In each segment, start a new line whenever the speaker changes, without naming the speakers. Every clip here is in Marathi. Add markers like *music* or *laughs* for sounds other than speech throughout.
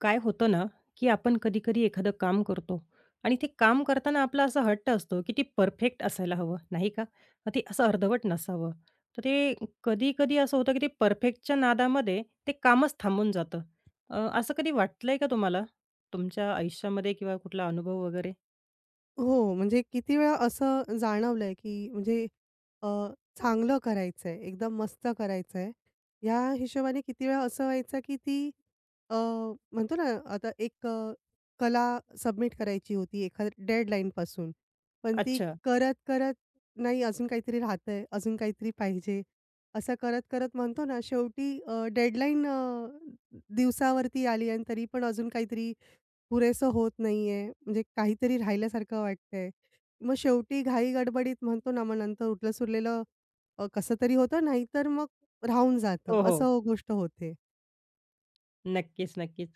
काय होतं ना, की आपण कधी-कधी एखादं काम करतो आणि ते काम करताना आपला असा हट्ट असतो, की ते परफेक्ट असायला हवं, नाही का? मग ते असं अर्धवट नसावं. तर ते कधी-कधी असं होतं, की ते परफेक्टच्या नादामध्ये ते कामच थांबून जातं. असं कधी वाटलंय का तुम्हाला? तुमच्या आयुष्यामध्ये किंवा कुठला अनुभव वगैरे?
हो, म्हणजे किती वेळा असं जाणवलंय, की म्हणजे अ, चांगलं करायचंय, एकदम मस्त करायचंय. या हिशोबाने किती वेळा असं व्हायचं, की ती अ, म्हणतो ना, आता एक कला सबमिट करायची होती एखाद्या डेडलाईनपासून. पण ती
अच्छा.
करत-करत नाही, अजून काहीतरी राहतंय, अजून काहीतरी पाहिजे. असं करत-करत म्हणतो ना, शेवटी डेडलाईन दिवसावरती आली आणि तरी पण अजून काहीतरी पुरेसं होत नाहीये, म्हणजे काहीतरी राहिल्यासारखं वाटतंय. मग शेवटी घाई-गडबडीत म्हणतो ना, मग नंतर उरलं-सुरलेलं कसं तरी होतं, नाहीतर मग राहून जातं,
हो, हो.
असं गोष्ट होते.
नक्कीच, नक्कीच.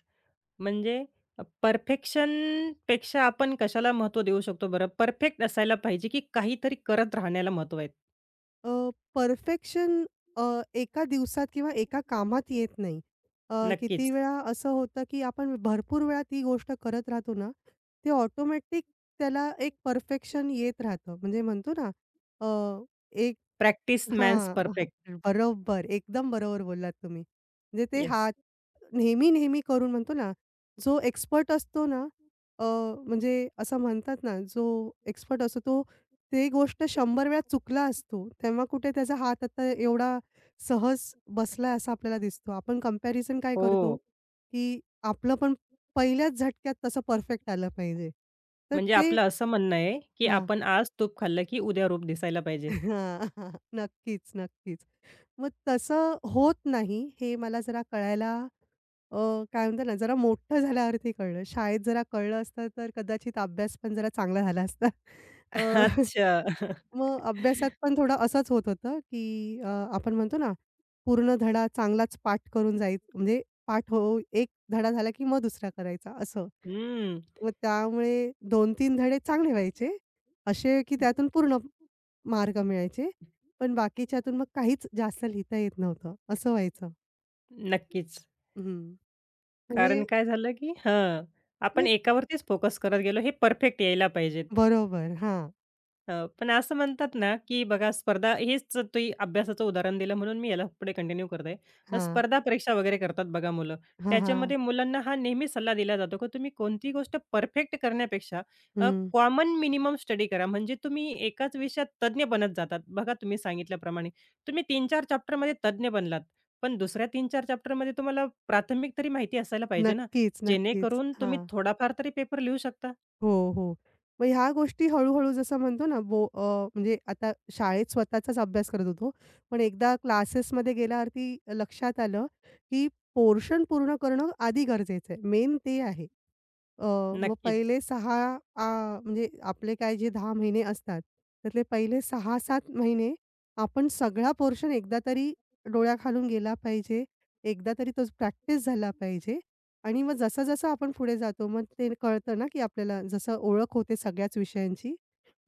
म्हणजे परफेक्शनपेक्षा आपण कशाला महत्त्व देऊ शकतो बरं? परफेक्ट असायला पाहिजे, की काहीतरी करत राहण्याला महत्त्व आहे?
अ, परफेक्शन अ, एका दिवसात किंवा एका कामात येत नाही. किती
नक्कीच.
वेळा असं होतं, की आपण भरपूर वेळा ती गोष्ट करत राहतो ना, ते ऑटोमॅटिक त्याला एक परफेक्शन येत राहतं. म्हणजे म्हणतो ना, अ, एक
प्रॅक्टिस मेक्स
हां. *laughs*
परफेक्ट.
बरोबर. एकदम बरोबर बोललात तुम्ही. म्हणजे ते
येस.
हात नेहमी, नेहमी करून म्हणतो ना, जो एक्सपर्ट असतो ना, अ, म्हणजे असं म्हणतात ना, जो एक्सपर्ट असतो तो ते गोष्ट 100 वेळा चुकला असतो. तेव्हा कुठे त्याचा हात आता एवढा सहज बसलाय असा आपल्याला दिसतो. आपण कंपॅरिझन काय करतो,
हो.
की आपलं पण पहिल्याच झटक्यात तसं परफेक्ट आलं पाहिजे. तर
म्हणजे
ते
आपलं असं म्हणणं आहे, की
हां.
आपण आज तूप खाल्लं, की उद्या रूप दिसायला पाहिजे.
*laughs* हां, नक्कीच, नक्कीच. मग तसं होत नाही हे मला जरा कळायला अ, काय म्हणतात ना, जरा मोठं झाल्यावरती कळलं. शाळेत जरा कळलं असतं तर कदाचित अभ्यास पण जरा चांगला झाला असता. अ,
*laughs*
*laughs*
अच्छा.
मग अभ्यासात
*laughs*
पण थोडं असंच होत होतं, की अ, आपण म्हणतो ना, पूर्ण धडा चांगलाच पाठ करून जायचं म्हणजे पाठ हो एक धडा झाला की मग दुसरा करायचा असं.
हम्म.
मग त्यामुळे 2-3 धडे चांगले व्हायचे, असे की त्यातून पूर्ण मार्क मिळायचे. पण बाकीच्यातून मग काहीच जास्त लिहिता येत नव्हतं, असं व्हायचं.
नक्कीच.
हं.
कारण
म्हणजे
काय झालं, की हां, आपण
ते
एकावरतीच फोकस करत गेलो, हे परफेक्ट यायला पाहिजे.
बरोबर. हां,
हो, पण असं म्हणतात ना, की बघा स्पर्धा हेच तुम्ही अभ्यासाचं उदाहरण दिलं म्हणून मी याला पुढे कंटिन्यू करत आहे.
हां.
स्पर्धा परीक्षा वगैरे करतात बघा मुलं.
हां, हां.
त्याच्यामध्ये मुलांना हा नेहमी सल्ला दिला जातो, की तुम्ही कोणतीही गोष्ट परफेक्ट करण्यापेक्षा
हं.
कॉमन मिनिमम स्टडी करा. म्हणजे तुम्ही एकाच विषयात तज्ञ बनत जातात. बघा तुम्ही सांगितल्याप्रमाणे तुम्ही 3-4 चॅप्टरमध्ये तज्ञ बनलात. पण दुसऱ्या 3-4 चॅप्टरमध्ये तुम्हाला प्राथमिक तरी माहिती असायला पाहिजे ना,
नक्कीच, नक्कीच.
जेणेकरून तुम्ही
हां.
थोडाफार तरी पेपर लिहू शकता.
हो, हो. मग ह्या गोष्टी हळू-हळू जसं म्हणतो ना, म्हणजे आता शाळेत स्वतःचाच अभ्यास करत होतो. पण एकदा क्लासेसमध्ये गेल्यावरती लक्षात आलं, की पोर्शन पूर्ण करणं आधी गरजेचं आहे. मेन ते आहे. अ, मग
नक्कीच.
पहिले 6 म्हणजे आपले काय जे 10 महिने असतात, त्यातले पहिले 6-7 महिने आपण सगळा पोर्शन एकदा तरी डोळ्याखालून गेला पाहिजे. एकदा तरी तो प्रॅक्टिस झाला पाहिजे आणि मग जसं-जसं आपण पुढे जातो, मग ते कळतं ना, की आपल्याला जसं ओळख होते सगळ्याच विषयांची.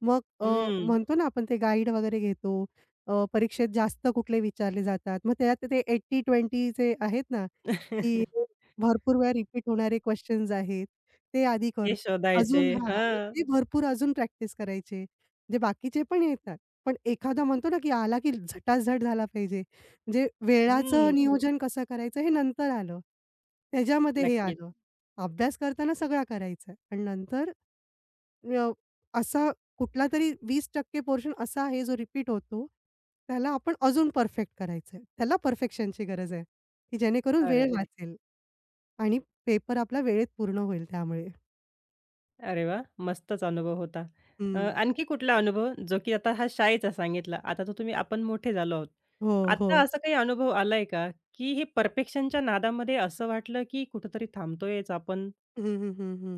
मग
हं.
म्हणतो ना, आपण ते गाईड वगैरे घेतो. परीक्षेत जास्त कुठले विचारले जातात. मग त्यात ते 80-20 आहेत ना, की
*laughs*
भरपूर वेळा रिपीट होणारे क्वेशन्स आहेत. ते आधी
ते
कर
शोधायचे.
अजून हां, मग
हां.
ते भरपूर अजून प्रॅक्टिस करायची. म्हणजे बाकीचे पण येतात. पण एखादा म्हणतो ना, की आला की झटाझट झाला पाहिजे. म्हणजे वेळाचं हो.
हं.
नियोजन कसं करायचं हे नंतर आलं. त्याच्यामध्ये हे
नक्कीच.
आलं. अभ्यास करताना सगळा करायचा आणि नंतर अ, असा कुठलातरी 20% पोर्शन असा आहे जो रिपीट होतो. त्याला आपण अजून परफेक्ट करायचंय. त्याला परफेक्शनची गरज आहे, की जेणेकरून वेळ
अरे,
वाचेल आणि पेपर आपला वेळेत पूर्ण होईल त्यामुळे.
अरे वाह! मस्तच अनुभव होता.
हं.
आणखी कुठला अनुभव जो की आता हा शाळेचा सांगितला. आता तो तुम्ही आपण मोठे झालो आहोत.
हो, हो.
आता असा काही अनुभव आलाय का, की हे परफेक्शनच्या नादामध्ये असं वाटलं की कुठेतरी थांबतोयच आपण?
हं, हं, हं, हं.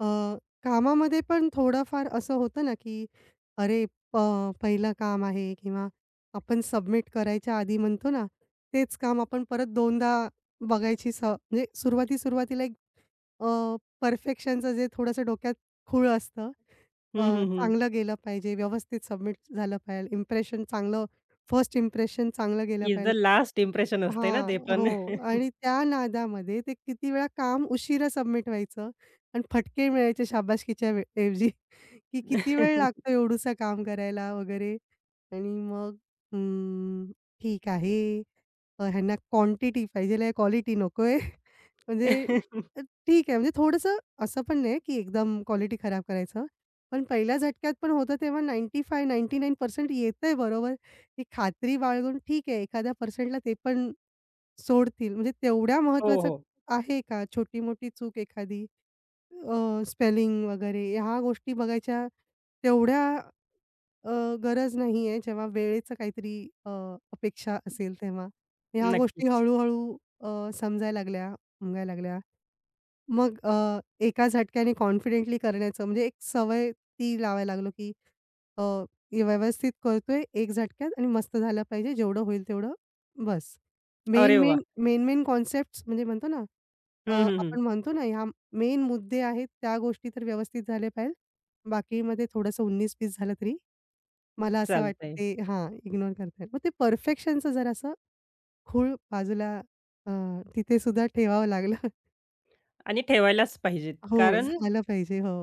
अ, कामामध्ये पण थोडंफार असं होतं ना, की अरे, प पहिलं काम आहे किंवा आपण सबमिट करायच्या आधी म्हणतो ना, तेच काम आपण परत 2 दा बघायची स म्हणजे सुरुवाती-सुरुवातीला एक अ, परफेक्शनचं जे थोडंसं डोक्यात खूळ असतं.
हं, हं, हं.
चांगलं गेलं पाहिजे, व्यवस्थित सबमिट झालं पाहिजे, इम्प्रेशन चांगलं फर्स्ट इम्प्रेशन चांगलं गेलं
इज द
पाहिजे.
लास्ट इम्प्रेशन असते ना
हां,
ते पण.
हो. आणि त्या नादामध्ये ते किती वेळा काम उशिरा सबमिट व्हायचं आणि फटके मिळायचे शाबासकीच्या ऐवजी, की किती वेळ लागतो एवढूसा काम करायला वगैरे. आणि मग हं, ठीक आहे. ह्यांना क्वांटिटी पाहिजेल आहे, क्वालिटी नकोय. *laughs* म्हणजे अ, ठीक आहे, म्हणजे थोडंसं असं पण नाही की एकदम क्वालिटी खराब करायचं. पण पहिल्या झटक्यात पण होतं तेव्हा 95-99% येतंय बरोबर, ही खात्री बाळगून ठीक आहे, एखाद्या पर्सेंटला ते पण सोडतील. म्हणजे तेवढ्या
हो,
महत्त्वाचं
हो.
आहे का छोटी-मोठी चूक एखादी स्पेलिंग वगैरे ह्या गोष्टी बघायच्या तेवढ्या अ, गरज नाहीये जेव्हा वेळेचं काहीतरी अ, अपेक्षा असेल तेव्हा. ह्या गोष्टी
नक्कीच.
हळू-हळू समजायला लागल्या, उमगायला लागल्या. मग एका झटक्याने कॉन्फिडेंटली करण्याचं म्हणजे एक सवय ती लावायला लागलो की अ, व्यवस्थित करतोय एक झटक्यात आणि मस्त झालं पाहिजे जेवढं होईल तेवढं बस.
अरे
मेन,
वाह!
मेन, मेन-मेन कॉन्सेप्ट्स म्हणजे म्हणतो ना
हं,
अ,
हं, हं.
आपण म्हणतो ना ह्या मेन मुद्दे आहेत त्या गोष्टी तर व्यवस्थित झाल्या पाहिजे. बाकीमध्ये थोडंसं 19-20 झालं तरी मला असं वाटतं
चालतंय
ते हां, इग्नोर करता येईल. मग ते परफेक्शनचं जरासं खूळ बाजूला अ, तिथे सुद्धा ठेवावं लागलं. *laughs*
आणि ठेवायलाच पाहिजेत.
हो,
कारण
झालं पाहिजे. हो,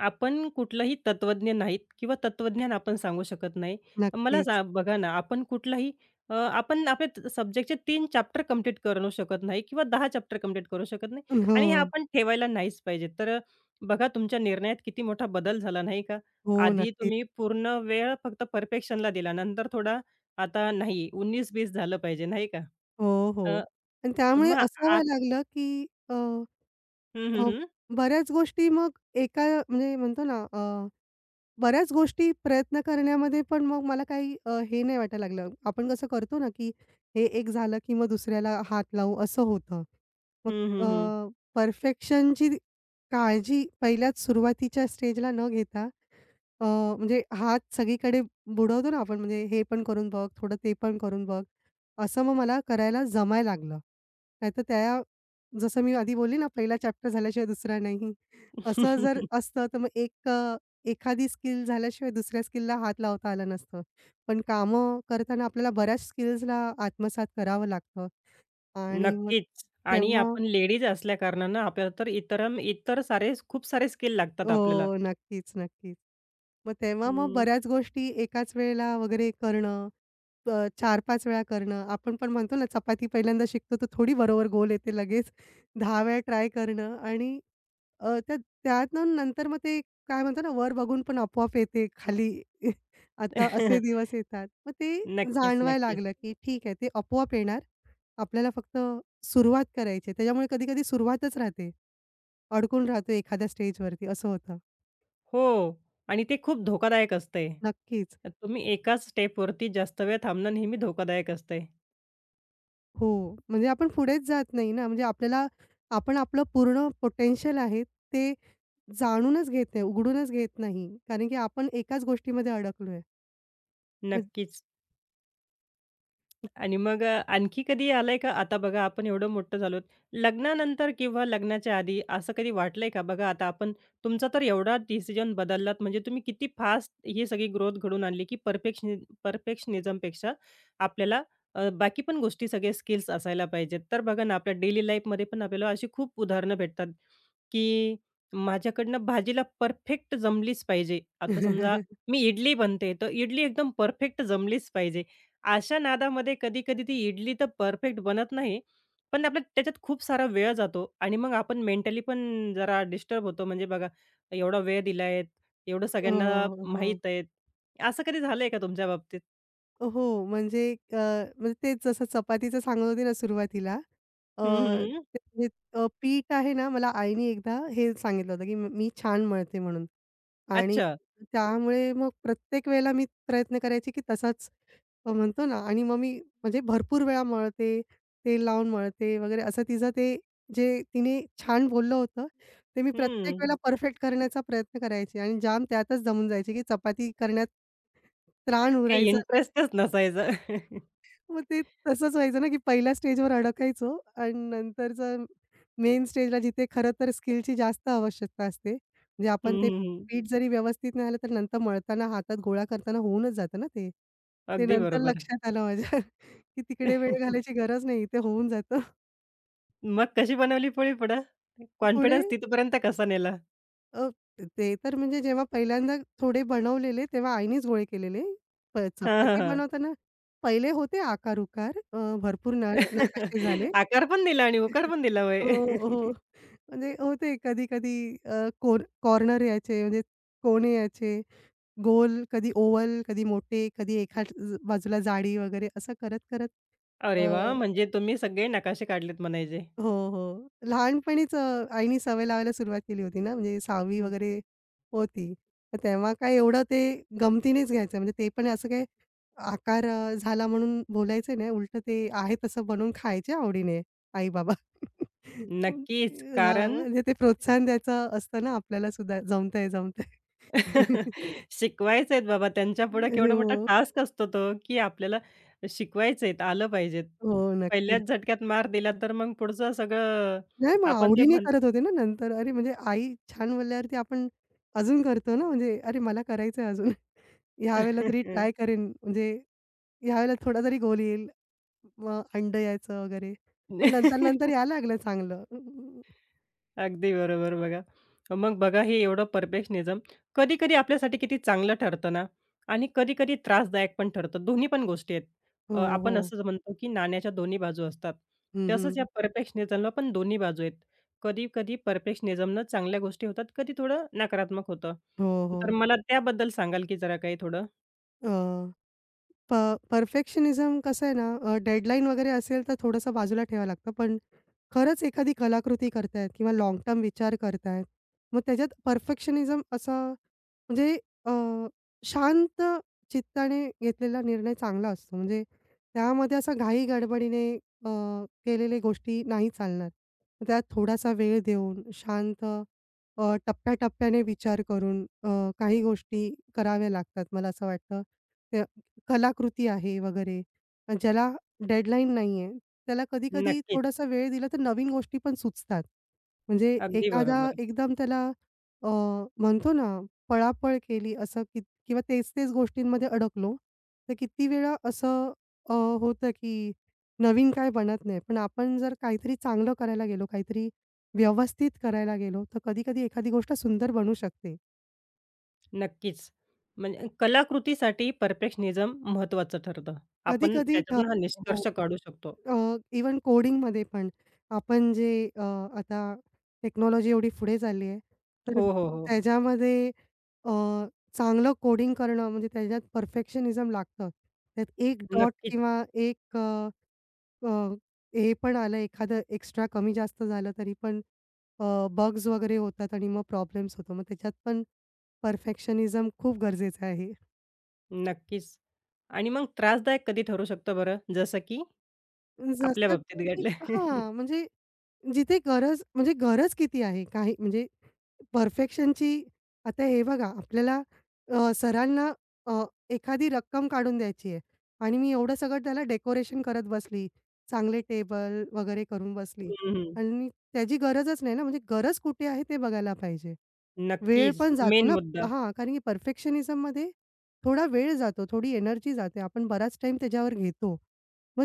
आपण कुठलाही तत्वज्ञ नाहीत किंवा तत्वज्ञान आपण सांगू शकत नाही. मला सा
नक्कीच.
बघा ना, आपण कुठलाही आपण आपल्या सब्जेक्टचे 3 चॅप्टर कंप्लीट करू शकत नाही किंवा 10 चॅप्टर कंप्लीट करू शकत नाही
हो,
आणि हे आपण ठेवायला नाहीच पाहिजे. तर बघा तुमच्या निर्णयात किती मोठा बदल झाला नाही का?
हो,
आधी तुम्ही
नक्कीच.
पूर्ण वेळ फक्त परफेक्शनला दिला, नंतर थोडा आता नाही 19-20 झालं पाहिजे नाही का?
हो,
अ,
हो. आणि त्यामुळे
मग
असं
आत
व्हायला लागलं, की अ,
हं, हं,
अ,
हं.
बऱ्याच गोष्टी मग एका म्हणजे म्हणतो ना बऱ्याच गोष्टी प्रयत्न करण्यामध्ये पण मग मला काही हे नाही वाटायला लागलं. आपण कसं करतो ना, की हे एक झालं, की मग दुसऱ्याला हात लावू असं होतं. मग
हं, हं, हं.
अ, परफेक्शनची काळजी पहिल्याच सुरुवातीच्या स्टेजला न घेता अ, म्हणजे हात सगळीकडे बुडवतो ना आपण म्हणजे हे पण करून बघ, थोडं ते पण करून बघ. असं मग मला करायला जमायला लागलं. नाहीतर त्या जसं मी आधी बोलली ना, पहिला चॅप्टर झाल्याशिवाय दुसरा नाही. असं जर
*laughs*
असतं तर मग एक एखादी स्किल झाल्याशिवाय दुसऱ्या स्किलला हात लावता आला नसतं. पण कामं करताना आपल्याला बऱ्याच स्किल्सला आत्मसात करावं लागतं आणि मग
नक्कीच. आणि
तेव्हा
आपण लेडीज असल्याकारणानं आपल्याला तर इतर इतर सारे खूप सारे स्किल लागतात आपल्याला.
हो, नक्कीच, नक्कीच. मग तेव्हा मग
अं,
बऱ्याच गोष्टी एकाच वेळेला वगैरे करणं, 4-5 वेळा करणं. आपण पण म्हणतो ना, चपाती पहिल्यांदा शिकतो, तर थोडी बरोबर गोल येते लगेच 10 वेळा ट्राय करणं आणि अ, त्या त्यातून नंतर मग ते काय म्हणतो ना, वर बघून पण आपोआप येते खाली. *laughs* आता असे
*laughs*
दिवस येतात. मग ते
नक्कीच,
जाणवायला
नक्कीच.
लागलं, की ठीक आहे, ते आपोआप येणार. आपल्याला फक्त सुरुवात करायची त्याच्यामुळे कधी-कधी सुरुवातच राहते. अडकून राहतो एखाद्या स्टेजवरती, असं होतं.
हो. आणि ते खूप धोकादायक असतंय.
नक्कीच.
तुम्ही एकाच स्टेपवरती जास्त वेळ थांबणं नेहमी धोकादायक असतंय.
हो. म्हणजे आपण पुढेच जात नाही ना, म्हणजे आपल्याला आपण आपलं पूर्ण पोटेन्शियल आहे ते जाणूनच घेत नाही, उघडूनच घेत नाही. कारण की आपण एकाच गोष्टीमध्ये अडकलोय. म्हण
नक्कीच. आणि मग आणखी कधी आलंय का? आता बघा आपण एवढं मोठं झालो. लग्नानंतर किंवा लग्नाच्या आधी असं कधी वाटलंय का? बघा आता आपण तुमचा तर एवढा डिसिजन बदललात म्हणजे तुम्ही किती फास्ट ही सगळी ग्रोथ घडवून आणली, की परफेक्शनिझमपेक्षा आपल्याला बाकी पण गोष्टी सगळे स्किल्स असायला पाहिजेत. तर बघा ना आपल्या डेली लाईफमध्ये पण आपल्याला अशी खूप उदाहरणं भेटतात, की माझ्याकडनं भाजीला परफेक्ट जमलीच पाहिजे. आता समजा
*laughs*
मी इडली बनते, तर इडली एकदम परफेक्ट जमलीच पाहिजे. अशा नादामध्ये कधी-कधी ती इडली तर परफेक्ट बनत नाही. पण आपला त्याच्यात खूप सारा वेळ जातो आणि मग आपण मेंटली पण जरा डिस्टर्ब होतो. म्हणजे बघा, एवढा वेळ दिलाय, एवढं सगळ्यांना
हो, हो.
माहीत आहे. असं कधी झालंय का तुमच्या बाबतीत?
हो, म्हणजे म्हणजे तेच जसं चपातीचं सांगत होते ना सुरुवातीला. अ,
हं, हं, हं.
ते म्हणजे अ, पीठ आहे ना, मला आईने एकदा हे सांगितलं होतं, की "मी मी छान मळते" म्हणून. आणि
अच्छा.
त्यामुळे मग प्रत्येक वेळेला मी प्रयत्न करायचे, की तसाच म्हणतो ना आणि मग मी म्हणजे भरपूर वेळा मळते, तेल लावून मळते वगैरे असं तिचं ते जे तिने छान बोललं होतं, ते मी प्रत्येक
हं.
वेळेला परफेक्ट करण्याचा प्रयत्न करायची आणि जाम त्यातच दमून जायची, की चपाती करण्यात त्राण
काही
उरायचा.
इंटरेस्टच नसायचा. *laughs*
मग ते तसंच व्हायचं ना, की पहिल्या स्टेजवर अडकायचो आणि नंतरचं मेन स्टेजला जिथे खरं तर स्किलची जास्त आवश्यकता असते. म्हणजे
हं,
आपण ते
हं,
पीठ जरी व्यवस्थित नाही आलं, तर नंतर मळताना हातात गोळा करताना होऊनच जातं ना ते. ते
अगदी
नंतर
बरोबर.
लक्षात आलं माझ्या, *laughs* की तिकडे वेळ
*laughs*
घालायची गरज नाही, इथे होऊन जातं.
मग कशी बनवली पोळी-पुडा?
पुढे
कॉन्फिडन्स तिथपर्यंत कसा नेला?
अ, ते तर म्हणजे जेव्हा पहिल्यांदा थोडे बनवलेले, तेव्हा आईनेच गोळे केलेले.
हां, हां,
चपाती
हां.
बनवताना पहिले होते आकार-उकार, भरपूर नकाशे
*laughs*
झाले.
आकार पण दिला आणि उकार पण दिला होय.
हो, हो.
*laughs*
म्हणजे होते कधी-कधी अ, कोर कॉर्नर यायचे म्हणजे कोने यायचे. गोल, कधी ओव्हल, कधी मोठे, कधी एका बाजूला जाडी वगैरे असं करत-करत
अरे
अ
वाह! म्हणजे तुम्ही सगळे नकाशे काढलेत म्हणायचे.
हो, हो. लहानपणीच आईनी सवय लावायला सुरुवात केली होती ना, म्हणजे 6वी
हं,
वगैरे होती. तर तेव्हा काय एवढं ते गमतीनेच घ्यायचं. म्हणजे ते पण असं काही आकार झाला म्हणून बोलायचे नाही. उलटं ते आहे तसं बनवून खायचे आवडीने आई-बाबा.
नक्कीच.
हां,
कारण
म्हणजे ते प्रोत्साहन द्यायचं असतं ना आपल्याला सुद्धा जमतंय, जमतंय.
*laughs* शिकवायचे आहेत बाबा त्यांच्यापुढे केवढा मोठा
हो,
टास्क असतो तो, की आपल्याला शिकवायचे आहेत, आलं पाहिजेत.
हो,
पहिल्याच
नक्कीच.
झटक्यात मार दिला तर मग पुढचं सगळं
नाही मग
आपण ते
आवडीने
म्हण
करत होते ना नंतर. अरे म्हणजे आई छान बोलल्यावरती आपण अजून करतो ना, म्हणजे अरे मला करायचंय अजून. ह्यावेळेला तरी ट्राय
*laughs*
करेन, म्हणजे ह्यावेळेला थोडा तरी गोल येईल. मग अंडं यायचं वगैरे. पण नंतर-नंतर
*laughs*
यायला लागलं चांगलं.
अगदी बरोबर बघा. मग बघा हे एवढं परफेक्शनिझम कधी-कधी आपल्यासाठी किती चांगलं ठरतं ना आणि कधी-कधी त्रासदायक पण ठरतं. दोन्ही पण गोष्टी आहेत.
हो,
आपण
हो.
असंच म्हणतो की नाण्याच्या दोन्ही बाजू असतात.
हं,
तसंच
हं.
या परफेक्शनिझमला पण दोन्ही बाजू आहेत. कधी-कधी परफेक्शनिझमनं चांगल्या गोष्टी होतात, कधी थोडं नकारात्मक होतं.
हो, हो.
तर मला त्याबद्दल सांगाल की जरा काही थोडं?
अ, प परफेक्शनिझम कसं आहे ना, डेडलाईन वगैरे असेल तर थोडंसं बाजूला ठेवावं लागतं. पण खरंच एखादी कलाकृती करतायत किंवा लाँग टर्म विचार करतायत. मग त्याच्यात परफेक्शनिझम असा म्हणजे अ, शांत चित्ताने घेतलेला निर्णय चांगला असतो. म्हणजे त्यामध्ये असा घाई-गडबडीने अ, केलेल्या गोष्टी नाही चालणार. मग त्यात थोडासा वेळ देऊन शांत टप्प्याटप्प्याने विचार करून काही गोष्टी कराव्या लागतात मला असं वाटतं. त्या कलाकृती आहे वगैरे ज्याला डेडलाईन नाहीये त्याला कधी-कधी
नक्कीच.
थोडासा वेळ दिला तर नवीन गोष्टी पण सुचतात. म्हणजे
अगदी
एखादा
बरोबर.
एकदम त्याला अ, म्हणतो ना पळापळ केली असं की किंवा तेच-तेच गोष्टींमध्ये अडकलो, तर किती वेळा असं अ, होतं की नवीन काय बनत नाही. पण आपण जर काहीतरी चांगलं करायला गेलो, काहीतरी व्यवस्थित करायला गेलो, तर कधी-कधी एखादी गोष्ट सुंदर बनू शकते.
नक्कीच. म्हणजे कलाकृतीसाठी परफेक्शनिझम महत्त्वाचं ठरतं. आपण
कधी-कधी ठर
त्याच्यातून हा
हो.
निष्कर्ष काढू शकतो.
इव्हन कोडिंगमध्ये पण आपण जे अ, आता टेक्नॉलॉजी एवढी पुढे झाली आहे, तर
हो, हो, हो.
त्याच्यामध्ये अ, चांगलं कोडिंग करणं म्हणजे त्याच्यात परफेक्शनिझम लागतं. त्यात एक डॉट
नक्कीच,
किंवा एक अ, अ, हे पण आलं एखादं एक्स्ट्रा कमी जास्त झालं तरी पण बग्स वगैरे होतात आणि मग प्रॉब्लेम्स होतो. मग त्याच्यात पण परफेक्शनिझम खूप गरजेचं आहे.
नक्कीच. आणि मग त्रासदायक कधी ठरू शकतो बरं? जसं की आपल्या
जसं
बाबतीत
की
घडलं.
हां, म्हणजे जिथे गरज म्हणजे गरज किती आहे? काही म्हणजे परफेक्शनची आता हे बघा आपल्याला सरांना अ, एखादी रक्कम काढून द्यायची आहे आणि मी एवढं सगळं त्याला डेकोरेशन करत बसली. चांगले टेबल वगैरे करून बसली
हं, हं.
आणि त्याची गरजच नाही ना, म्हणजे गरज कुठे आहे ते बघायला पाहिजे. वेळ
नक्कीच.
पण जातो
मेन
ना
मुद्दा.
हां, कारण की परफेक्शनिझममध्ये थोडा वेळ जातो, थोडी एनर्जी जाते. आपण बराच टाईम त्याच्यावर घेतो. मग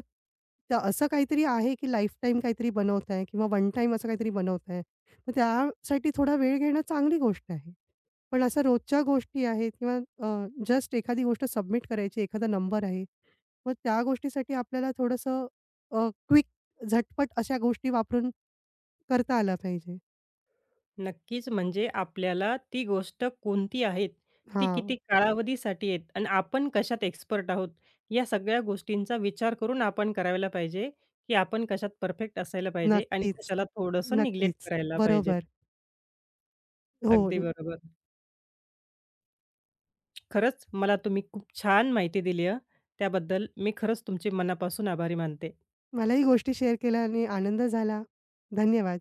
असं काहीतरी आहे, की लाईफटाईम काहीतरी बनवताय किंवा वन टाईम असं काहीतरी बनवताय. मग त्यासाठी थोडा वेळ घेणं चांगली गोष्ट आहे. पण असं रोजच्या गोष्टी आहेत किंवा जस्ट एखादी गोष्ट सबमिट करायची, एखादा नंबर आहे. मग त्या गोष्टीसाठी आपल्याला थोडंसं क्विक झटपट अशा गोष्टी वापरून करता आल्या पाहिजे.
नक्कीच म्हणजे आपल्याला ती गोष्ट कोणती आहेत, ती किती
हां,
कालावधीसाठी आहेत आणि आपण कशात एक्सपर्ट आहोत, या सगळ्या गोष्टींचा विचार करून आपण करायला पाहिजे, की आपण कशात परफेक्ट असायला पाहिजे आणि
नक्कीच.
कशाला थोडंसं निग्लेक्ट
नक्कीच.
करायला पाहिजे.
बरोबर. हो.
अगदी बरोबर. खरंच मला तुम्ही खूप छान माहिती दिली आहे. त्याबद्दल मी खरंच तुमचे मनापासून आभारी मानते.
मलाही गोष्टी शेअर केल्या आणि आनंद झाला. धन्यवाद.